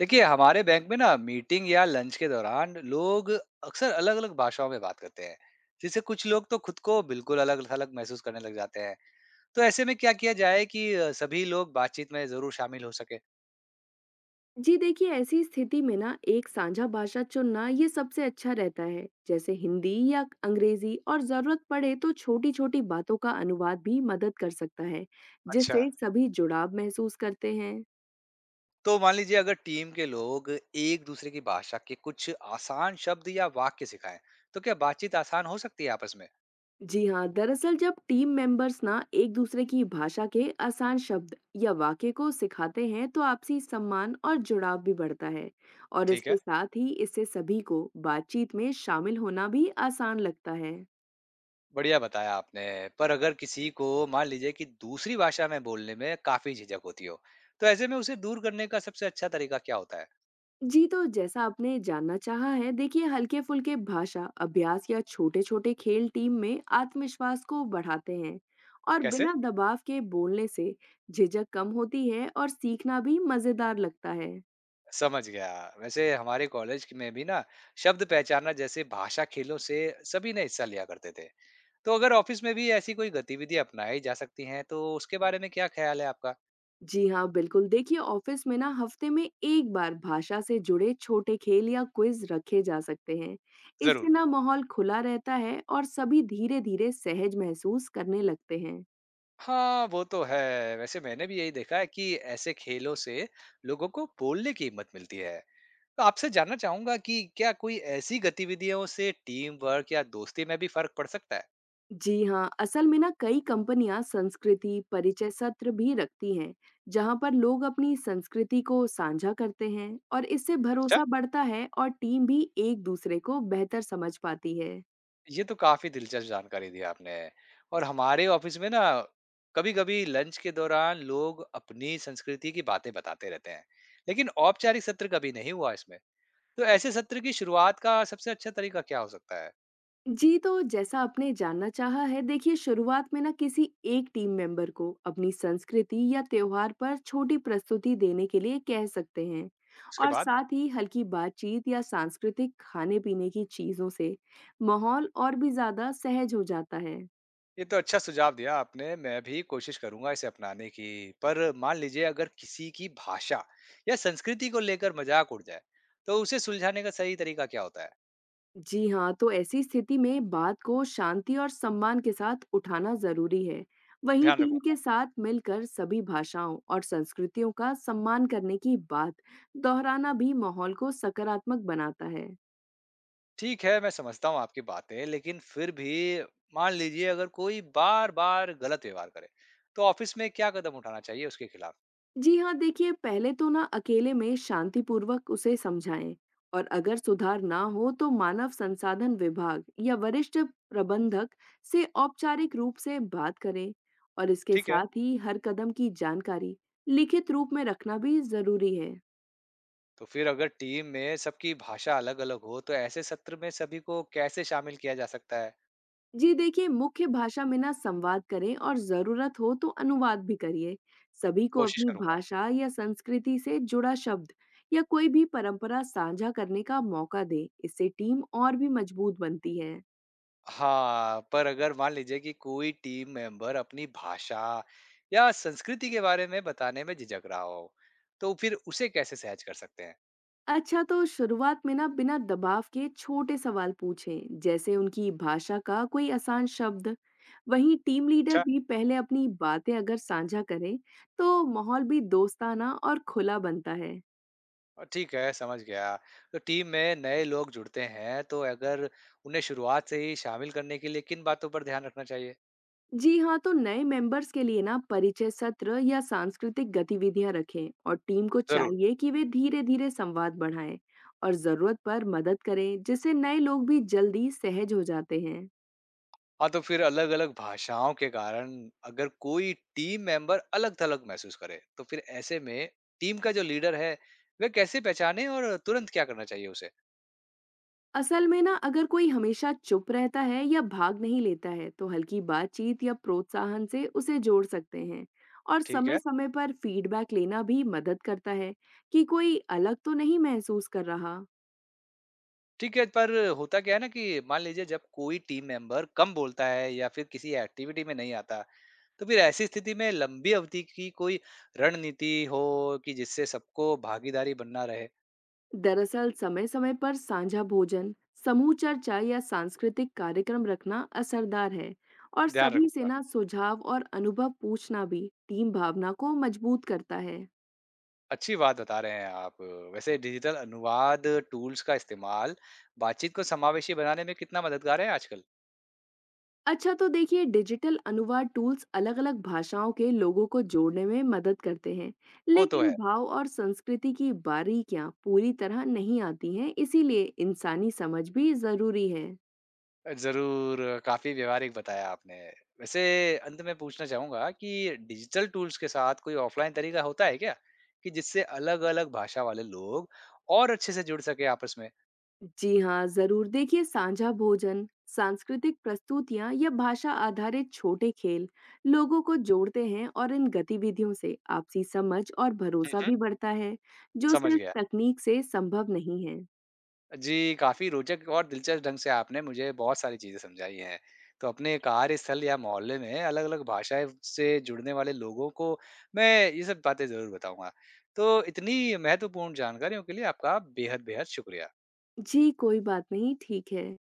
देखिए हमारे बैंक में ना मीटिंग या लंच के दौरान लोग अक्सर अलग अलग भाषाओं में बात करते हैं। जिससे कुछ लोग तो खुद को बिल्कुल अलग थलग महसूस करने लग जाते हैं। तो ऐसे में क्या किया जाए कि सभी लोग बातचीत में जरूर शामिल हो सके। जी देखिए ऐसी स्थिति में ना एक साझा भाषा चुनना ये सबसे अच्छा रहता है। जैसे हिंदी या अंग्रेजी और जरूरत पड़े तो छोटी छोटी बातों का अनुवाद भी मदद कर सकता है, अच्छा, जिससे सभी जुड़ाव महसूस करते हैं। तो मान लीजिए अगर टीम के लोग एक दूसरे की भाषा के कुछ आसान शब्द या वाक्य सिखाएं, तो क्या बातचीत आसान हो सकती है आपस में? जी हाँ, दरअसल जब टीम मेंबर्स ना एक दूसरे की भाषा के आसान शब्द या वाक्य को सिखाते हैं तो आपसी सम्मान और जुड़ाव भी बढ़ता है। और ठीक है, इसके साथ ही इससे सभी को बातचीत में शामिल होना भी आसान लगता है। बढ़िया बताया आपने। पर अगर किसी को मान लीजिए कि दूसरी भाषा में बोलने में काफ़ी झिझक होती हो, तो ऐसे में उसे दूर करने का सबसे अच्छा तरीका क्या होता है? जी, तो जैसा आपने जानना चाहा है, देखिए हल्के-फुल्के भाषा अभ्यास या छोटे-छोटे खेल टीम में आत्मविश्वास को बढ़ाते हैं। और कैसे? बिना दबाव के बोलने से झिझक कम होती है और सीखना भी मज़ेदार लगता है। समझ गया। वैसे हमारे कॉलेज क में भी ना शब्द पहचानना जैसे भाषा खेलों से सभी ने हिस्सा लिया करते थे। तो अगर ऑफ़िस में भी ऐसी कोई गतिविधि अपनाई जा सकती हैं, तो उसके बारे में क्या ख़्याल है आपका? जी हाँ, बिल्कुल। देखिए ऑफिस में ना हफ्ते में एक बार भाषा से जुड़े छोटे खेल या क्विज रखे जा सकते हैं। इससे ज़रूर। ना माहौल खुला रहता है और सभी धीरे-धीरे सहज महसूस करने लगते हैं। हाँ, वो तो है। वैसे मैंने भी यही देखा है कि ऐसे खेलों से लोगों को बोलने की हिम्मत मिलती है। तो आपसे जानना चाहूंगा कि क्या कोई ऐसी गतिविधियों से टीम वर्क या दोस्ती में भी फर्क पड़ सकता है? जी हाँ, असल में ना कई कंपनियां संस्कृति परिचय सत्र भी रखती हैं, जहां पर लोग अपनी संस्कृति को साझा करते हैं और इससे अच्छा, भरोसा बढ़ता है और टीम भी एक दूसरे को बेहतर समझ पाती है। ये तो काफी दिलचस्प जानकारी दी आपने। और हमारे ऑफिस में ना कभी कभी लंच के दौरान लोग अपनी संस्कृति की बातें बताते रहते हैं, लेकिन औपचारिक सत्र कभी नहीं हुआ इसमें। तो ऐसे सत्र की शुरुआत का सबसे अच्छा तरीका क्या हो सकता है? जी, तो जैसा आपने जानना चाहा है, देखिए शुरुआत में ना किसी एक टीम मेंबर को अपनी संस्कृति या त्योहार पर छोटी प्रस्तुति देने के लिए कह सकते हैं। उसके और बाद? साथ ही हल्की बातचीत या सांस्कृतिक खाने-पीने की चीजों से माहौल और भी ज्यादा सहज हो जाता है। ये तो अच्छा सुझाव दिया आपने। मैं भी कोशिश करूँगा इसे अपनाने की। पर मान लीजिए अगर किसी की भाषा या संस्कृति को लेकर मज़ाक उड़ जाए, तो उसे सुलझाने का सही तरीका क्या होता है? जी हाँ, तो ऐसी स्थिति में बात को शांति और सम्मान के साथ उठाना जरूरी है। वहीं ध्यान टीम रखूँगा। के साथ मिलकर सभी भाषाओं और संस्कृतियों का सम्मान करने की बात दोहराना भी माहौल को सकारात्मक बनाता है। ठीक है, मैं समझता हूँ आपकी बातें, लेकिन फिर भी मान लीजिए अगर कोई बार-बार गलत व्यवहार करे, तो ऑफ़िस में क्या कदम उठाना चाहिए उसके खिलाफ? जी हाँ, देखिए पहले तो ना अकेले में शांतिपूर्वक उसे समझाएं और अगर सुधार ना हो तो मानव संसाधन विभाग या वरिष्ठ प्रबंधक से औपचारिक रूप से बात करें। और इसके ठीक है, साथ ही हर कदम की जानकारी लिखित रूप में रखना भी जरूरी है। तो फिर अगर टीम में सबकी भाषा अलग-अलग हो, तो ऐसे सत्र में सभी को कैसे शामिल किया जा सकता है? जी देखिए मुख्य भाषा में ना संवाद करें और जरूरत हो तो अनुवाद भी करिए। सभी को कोशिश अपनी करूँगा। भाषा या संस्कृति से जुड़ा शब्द या कोई भी परंपरा साझा करने का मौका दें, इससे टीम और भी मजबूत बनती है। हाँ, पर अगर मान लीजिए कि कोई टीम मेंबर अपनी भाषा या संस्कृति के बारे में बताने में झिझक रहा हो, तो फिर उसे कैसे सहज कर सकते हैं? अच्छा, तो शुरुआत में ना बिना दबाव के छोटे सवाल पूछें, जैसे उनकी भाषा का कोई आसान शब्द। वहीं टीम लीडर अच्छा। भी पहले अपनी बातें अगर साझा करें तो माहौल भी दोस्ताना और खुला बनता है। और ठीक है, समझ गया। तो टीम में नए लोग जुड़ते हैं, तो अगर उन्हें शुरुआत से ही शामिल करने के लिए किन बातों पर ध्यान रखना चाहिए? जी हाँ, तो नए मेंबर्स के लिए ना परिचय सत्र या सांस्कृतिक गतिविधियां रखें और टीम को जरूर। चाहिए कि वे धीरे धीरे संवाद बढ़ाएं। और जरूरत पर मदद करें, जिससे नए लोग भी जल्दी सहज हो जाते हैं। हाँ, तो फिर अलग-अलग भाषाओं के कारण अगर कोई टीम मेंबर अलग-थलग महसूस करे, तो फिर ऐसे में टीम का जो लीडर है, वह कैसे पहचाने और तुरंत क्या करना चाहिए उसे? असल में ना अगर कोई हमेशा चुप रहता है या भाग नहीं लेता है तो हल्की बातचीत या प्रोत्साहन से उसे जोड़ सकते हैं। और ठीक है। समय समय पर फीडबैक लेना भी मदद करता है कि कोई अलग तो नहीं महसूस कर रहा। ठीक है, पर होता क्या है ना कि मान लीजिए जब कोई टीम मेंबर कम बोलता है या फिर किसी एक्टिविटी में नहीं आता, तो फिर ऐसी स्थिति में लंबी अवधि की कोई रणनीति हो कि जिससे सबको भागीदारी बनना रहे? दरअसल समय समय पर साझा भोजन, समूह चर्चा या सांस्कृतिक कार्यक्रम रखना असरदार है। और ध्यान सभी से रखूँगा। ना सुझाव और अनुभव पूछना भी टीम भावना को मजबूत करता है। अच्छी बात बता रहे हैं आप। वैसे डिजिटल अनुवाद टूल्स का इस्तेमाल बातचीत को समावेशी बनाने में कितना मददगार है आजकल? अच्छा, तो देखिए डिजिटल अनुवाद टूल्स अलग अलग भाषाओं के लोगों को जोड़ने में मदद करते हैं, वो तो लेकिन है। भाव और संस्कृति की बारीकियां पूरी तरह नहीं आती हैं, इसीलिए इंसानी समझ भी जरूरी है। ज़रूर, काफ़ी व्यवहारिक बताया आपने। वैसे अंत में पूछना चाहूँगा कि डिजिटल टूल्स के साथ कोई ऑफ़लाइन तरीका होता है क्या? कि जिससे अलग-अलग भाषा वाले लोग और अच्छे से जुड़ सकें आपस में? जी हाँ, जरूर। देखिए साझा भोजन, सांस्कृतिक प्रस्तुतियाँ या भाषा आधारित छोटे खेल लोगों को जोड़ते हैं और इन गतिविधियों से आपसी समझ और हुँ, भरोसा हुँ। भी बढ़ता है, जो समझ सिर्फ गया। तकनीक से संभव नहीं है। जी, काफ़ी रोचक और दिलचस्प ढंग से आपने मुझे बहुत सारी चीज़ें समझाई हैं। तो अपने कार्यस्थल या मोहल्ले में अलग-अलग भाषाएँ से जुड़ने वाले लोगों को मैं ये सब बातें ज़रूर बताऊँगा। तो इतनी महत्वपूर्ण जानकारियों के लिए आपका बेहद-बेहद शुक्रिया। जी, कोई बात नहीं, ठीक है।